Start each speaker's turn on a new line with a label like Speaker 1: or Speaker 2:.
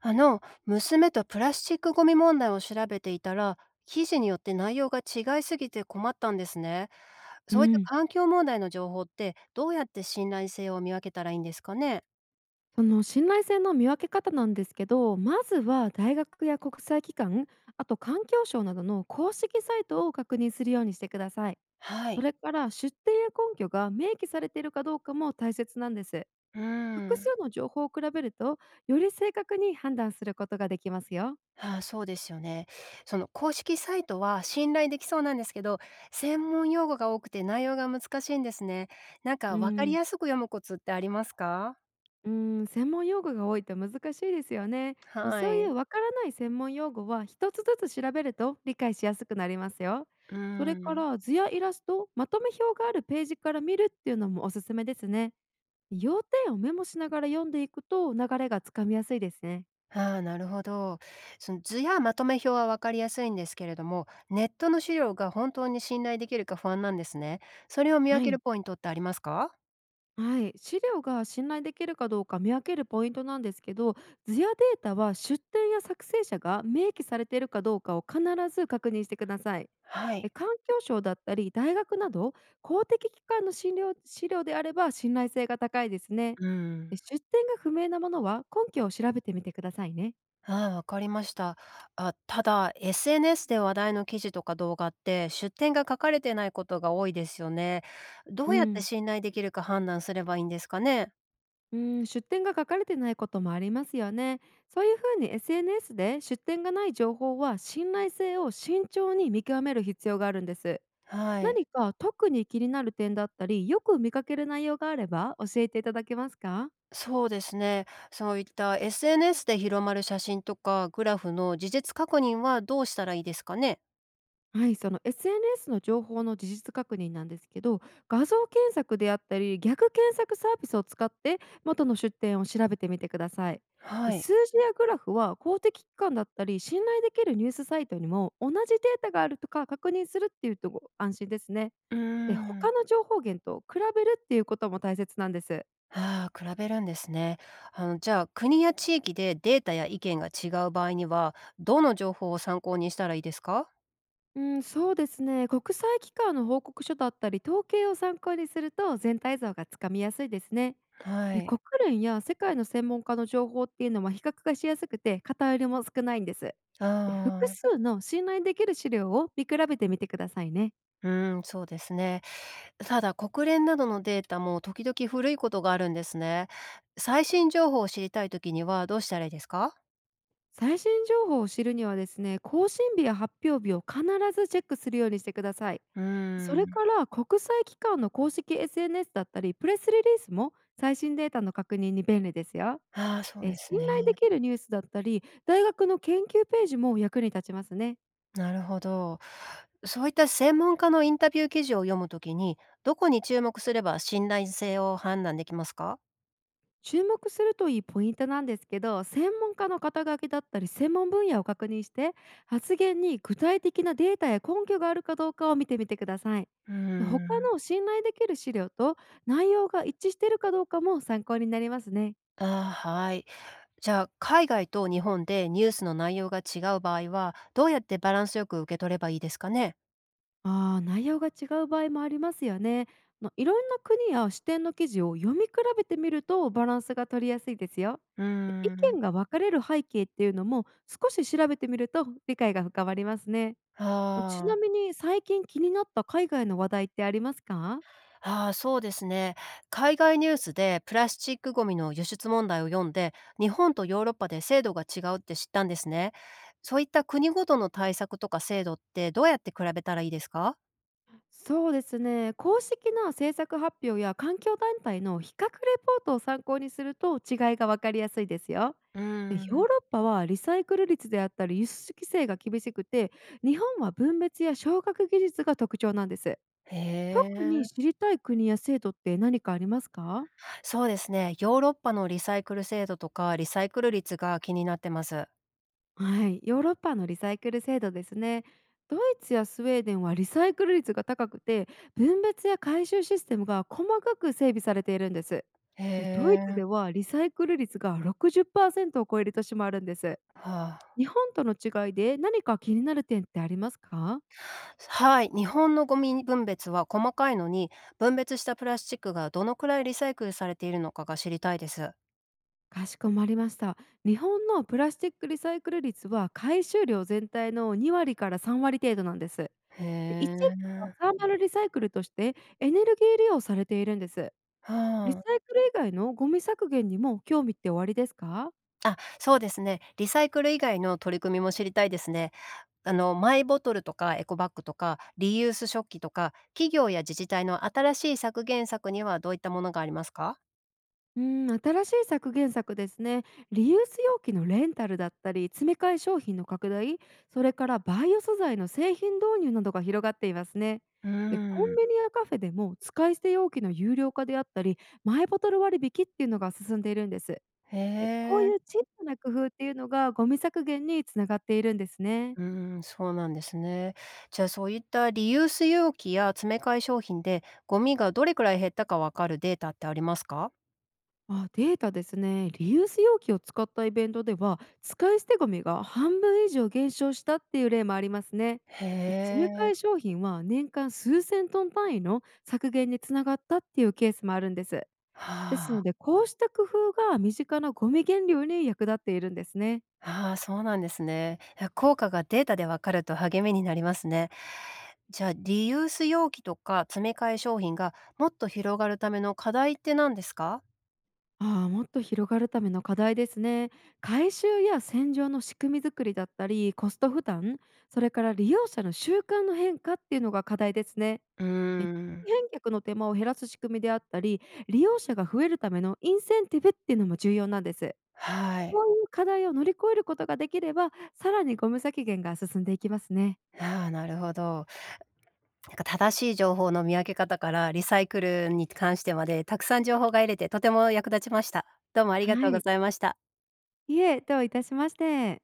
Speaker 1: 娘とプラスチックごみ問題を調べていたら、記事によって内容が違いすぎて困ったんですね。
Speaker 2: う
Speaker 1: そういった
Speaker 2: ん、
Speaker 1: 環境問題の情報って、どうやって信頼性を見分けたらいいんですかね？
Speaker 2: その信頼性の見分け方なんですけど、まずは大学や国際機関、あと環境省などの公式サイトを確認するようにしてください。
Speaker 1: は
Speaker 2: そ
Speaker 1: い。
Speaker 2: れから出典や根拠が明記されているかどうかも大切なんです。
Speaker 1: うー
Speaker 2: 複
Speaker 1: ん。
Speaker 2: 数の情報を比べると、より正確に判断することができますよ。
Speaker 1: ああ、そうですよね。その公式サイトは信頼できそうなんですけど、専門用語が多くて内容が難しいんですね。なん
Speaker 2: う
Speaker 1: か分かり
Speaker 2: ん。
Speaker 1: やすく読むコツってありますか？
Speaker 2: うーん、専門用語が多いと難しいですよね。
Speaker 1: は
Speaker 2: そう
Speaker 1: い。
Speaker 2: い
Speaker 1: う
Speaker 2: うわからない専門用語は一つずつ調べると理解しやすくなりますよ。
Speaker 1: ー
Speaker 2: それか
Speaker 1: ん。
Speaker 2: ら図やイラスト、まとめ表があるページから見るっていうのもおすすめですね。要点をメモしながら読んでいくと流れがつかみやすいですね。
Speaker 1: ああ、なるほど。その図やまとめ表は分かりやすいんですけれども、ネットの資料が本当に信頼できるか不安なんですね。それを見分
Speaker 2: は
Speaker 1: ける
Speaker 2: い。
Speaker 1: ポイントってありますか？
Speaker 2: はい、資料が信頼できるかどうか見分けるポイントなんですけど、図やデータは出典や作成者が明記されているかどうかを必ず確認してください。
Speaker 1: はい。
Speaker 2: 環境省だったり大学など公的機関の診療資料であれば信頼性が高いですね。
Speaker 1: うん。
Speaker 2: 出典が不明なものは根拠を調べてみてくださいね。
Speaker 1: ああ、わかりました。あ、ただ、SNS で話題の記事とか動画って、出典が書かれてないことが多いですよね。ど
Speaker 2: う
Speaker 1: うやって
Speaker 2: ん。
Speaker 1: 信頼できるか判断すればいいんですかね？
Speaker 2: うん、出典が書かれてないこともありますよね。そういうふうに SNS で出典がない情報は信頼性を慎重に見極める必要があるんです。
Speaker 1: はい。
Speaker 2: 何か特に気になる点だったり、よく見かける内容があれば教えていただけますか？
Speaker 1: そうですね。そういった SNS で広まる写真とかグラフの事実確認はどうしたらいいですかね？
Speaker 2: はい、その SNS の情報の事実確認なんですけど、画像検索であったり逆検索サービスを使って元の出典を調べてみてください。
Speaker 1: は
Speaker 2: で、
Speaker 1: い。
Speaker 2: 数字やグラフは公的機関だったり信頼できるニュースサイトにも同じデータがあるとか確認するっていうとご安心ですね。
Speaker 1: うー
Speaker 2: で、他
Speaker 1: ん。
Speaker 2: の情報源と比べるっていうことも大切なんです。
Speaker 1: ああ、比べるんですね。じゃあ、国や地域でデータや意見が違う場合には、どの情報を参考にしたらいいですか？
Speaker 2: うん、そうですね。国際機関の報告書だったり統計を参考にすると全体像がつかみやすいですね。
Speaker 1: は
Speaker 2: で、
Speaker 1: い。
Speaker 2: 国連や世界の専門家の情報っていうのは比較がしやすくて偏りも少ないんです。で、複
Speaker 1: ああ、
Speaker 2: 数の信頼できる資料を見比べてみてくださいね。
Speaker 1: うーん、そうですね。ただ、国連などのデータも時々古いことがあるんですね。最新情報を知りたい時にはどうしたらいいですか？
Speaker 2: 最新情報を知るにはですね、更新日や発表日を必ずチェックするようにしてください。
Speaker 1: うー
Speaker 2: それ
Speaker 1: ん。
Speaker 2: から国際機関の公式 SNS だったりプレスリリースも最新データの確認に便利ですよ。
Speaker 1: ああ、そうです
Speaker 2: 信頼
Speaker 1: ね。
Speaker 2: できるニュースだったり大学の研究ページも役に立ちますね。
Speaker 1: なるほど。そういった専門家のインタビュー記事を読むときに、どこに注目すれば信頼性を判断できますか？
Speaker 2: 注目するといいポイントなんですけど、専門家の肩書きだったり専門分野を確認して、発言に具体的なデータや根拠があるかどうかを見てみてください。
Speaker 1: うー
Speaker 2: 他
Speaker 1: ん。
Speaker 2: の信頼できる資料と内容が一致しているかどうかも参考になりますね。
Speaker 1: あー、はい。じゃあ、海外と日本でニュースの内容が違う場合は、どうやってバランスよく受け取ればいいですかね？
Speaker 2: ああ、内容が違う場合もありますよね。いろんな国や視点の記事を読み比べてみるとバランスが取りやすいですよ。
Speaker 1: うー
Speaker 2: で、意
Speaker 1: ん。
Speaker 2: 見が分かれる背景っていうのも少し調べてみると理解が深まりますね。ち
Speaker 1: ああ、
Speaker 2: なみに最近気になった海外の話題ってありますか？
Speaker 1: ああ、そうですね。海外ニュースでプラスチックごみの輸出問題を読んで、日本とヨーロッパで制度が違うって知ったんですね。そういった国ごとの対策とか制度ってどうやって比べたらいいですか？
Speaker 2: そうですね。公式な政策発表や環境団体の比較レポートを参考にすると違いが分かりやすいですよ。
Speaker 1: うー
Speaker 2: で、ヨー
Speaker 1: ん、
Speaker 2: ロッパはリサイクル率であったり輸出規制が厳しくて、日本は分別や昇格技術が特徴なんです。
Speaker 1: へ
Speaker 2: 特
Speaker 1: え、
Speaker 2: に知りたい国や制度って何かありますか？
Speaker 1: そうですね。ヨーロッパのリサイクル制度とかリサイクル率が気になってます。
Speaker 2: はい、ヨーロッパのリサイクル制度ですね。ドイツやスウェーデンはリサイクル率が高くて、分別や回収システムが細かく整備されているんです。
Speaker 1: へ
Speaker 2: でドイツ
Speaker 1: え、
Speaker 2: ではリサイクル率が60%を超える年もあるんです。
Speaker 1: はあ、
Speaker 2: 日本との違いで何か気になる点ってありますか？
Speaker 1: はい。日本のゴミ分別は細かいのに、分別したプラスチックがどのくらいリサイクルされているのかが知りたいです。
Speaker 2: かしこまりました。日本のプラスチックリサイクル率は回収量全体の2割から3割程度なんです。
Speaker 1: へ
Speaker 2: で、一部
Speaker 1: え、
Speaker 2: はサーマルリサイクルとしてエネルギー利用されているんです。リ
Speaker 1: う、
Speaker 2: サイクル以外のゴミ削減にも興味っておありですか？
Speaker 1: あ、あ、そうですね。リサイクル以外の取り組みも知りたいですね。マイボトルとかエコバッグとか、リユース食器とか、企業や自治体の新しい削減策にはどういったものがありますか？
Speaker 2: うん、新しい削減策ですね。リユース容器のレンタルだったり、詰め替え商品の拡大、それからバイオ素材の製品導入などが広がっていますね。
Speaker 1: うー
Speaker 2: で、コン
Speaker 1: ん、
Speaker 2: ビニやカフェでも使い捨て容器の有料化であったり、マイボトル割引っていうのが進んでいるんです。
Speaker 1: へ
Speaker 2: で、こうい
Speaker 1: え。
Speaker 2: う小さな工夫っていうのがゴミ削減につながっているんですね。
Speaker 1: うーん、そうなんですね。じゃあ、そういったリユース容器や詰め替え商品で、ゴミがどれくらい減ったかわかるデータってありますか？
Speaker 2: あ、データですね。リユース容器を使ったイベントでは、使い捨てゴミが半分以上減少したっていう例もありますね。
Speaker 1: へ
Speaker 2: で、詰め
Speaker 1: え、
Speaker 2: 替え商品は年間数千トン単位の削減につながったっていうケースもあるんです。です
Speaker 1: は
Speaker 2: の
Speaker 1: あ。
Speaker 2: で、こうした工夫が身近なゴミ減量に役立っているんですね。
Speaker 1: ああ、そうなんですね。いや、効果がデータでわかると励みになりますね。じゃあ、リユース容器とか詰め替え商品がもっと広がるための課題って何ですか？
Speaker 2: ああ、もっと広がるための課題ですね。回収や洗浄の仕組み作りだったり、コスト負担、それから利用者の習慣の変化っていうのが課題ですね。
Speaker 1: うー
Speaker 2: で、
Speaker 1: ん。
Speaker 2: 返却の手間を減らす仕組みであったり、利用者が増えるためのインセンティブっていうのも重要なんです。
Speaker 1: は
Speaker 2: こ
Speaker 1: い。
Speaker 2: ういう課題を乗り越えることができれば、さらにゴム削減が進んでいきますね。
Speaker 1: ああ、なるほど。なんか正しい情報の見分け方からリサイクルに関してまでたくさん情報が得れてとても役立ちました。どうもありが
Speaker 2: は
Speaker 1: とうご
Speaker 2: い。
Speaker 1: ざいました。
Speaker 2: いえ、どういたしまして。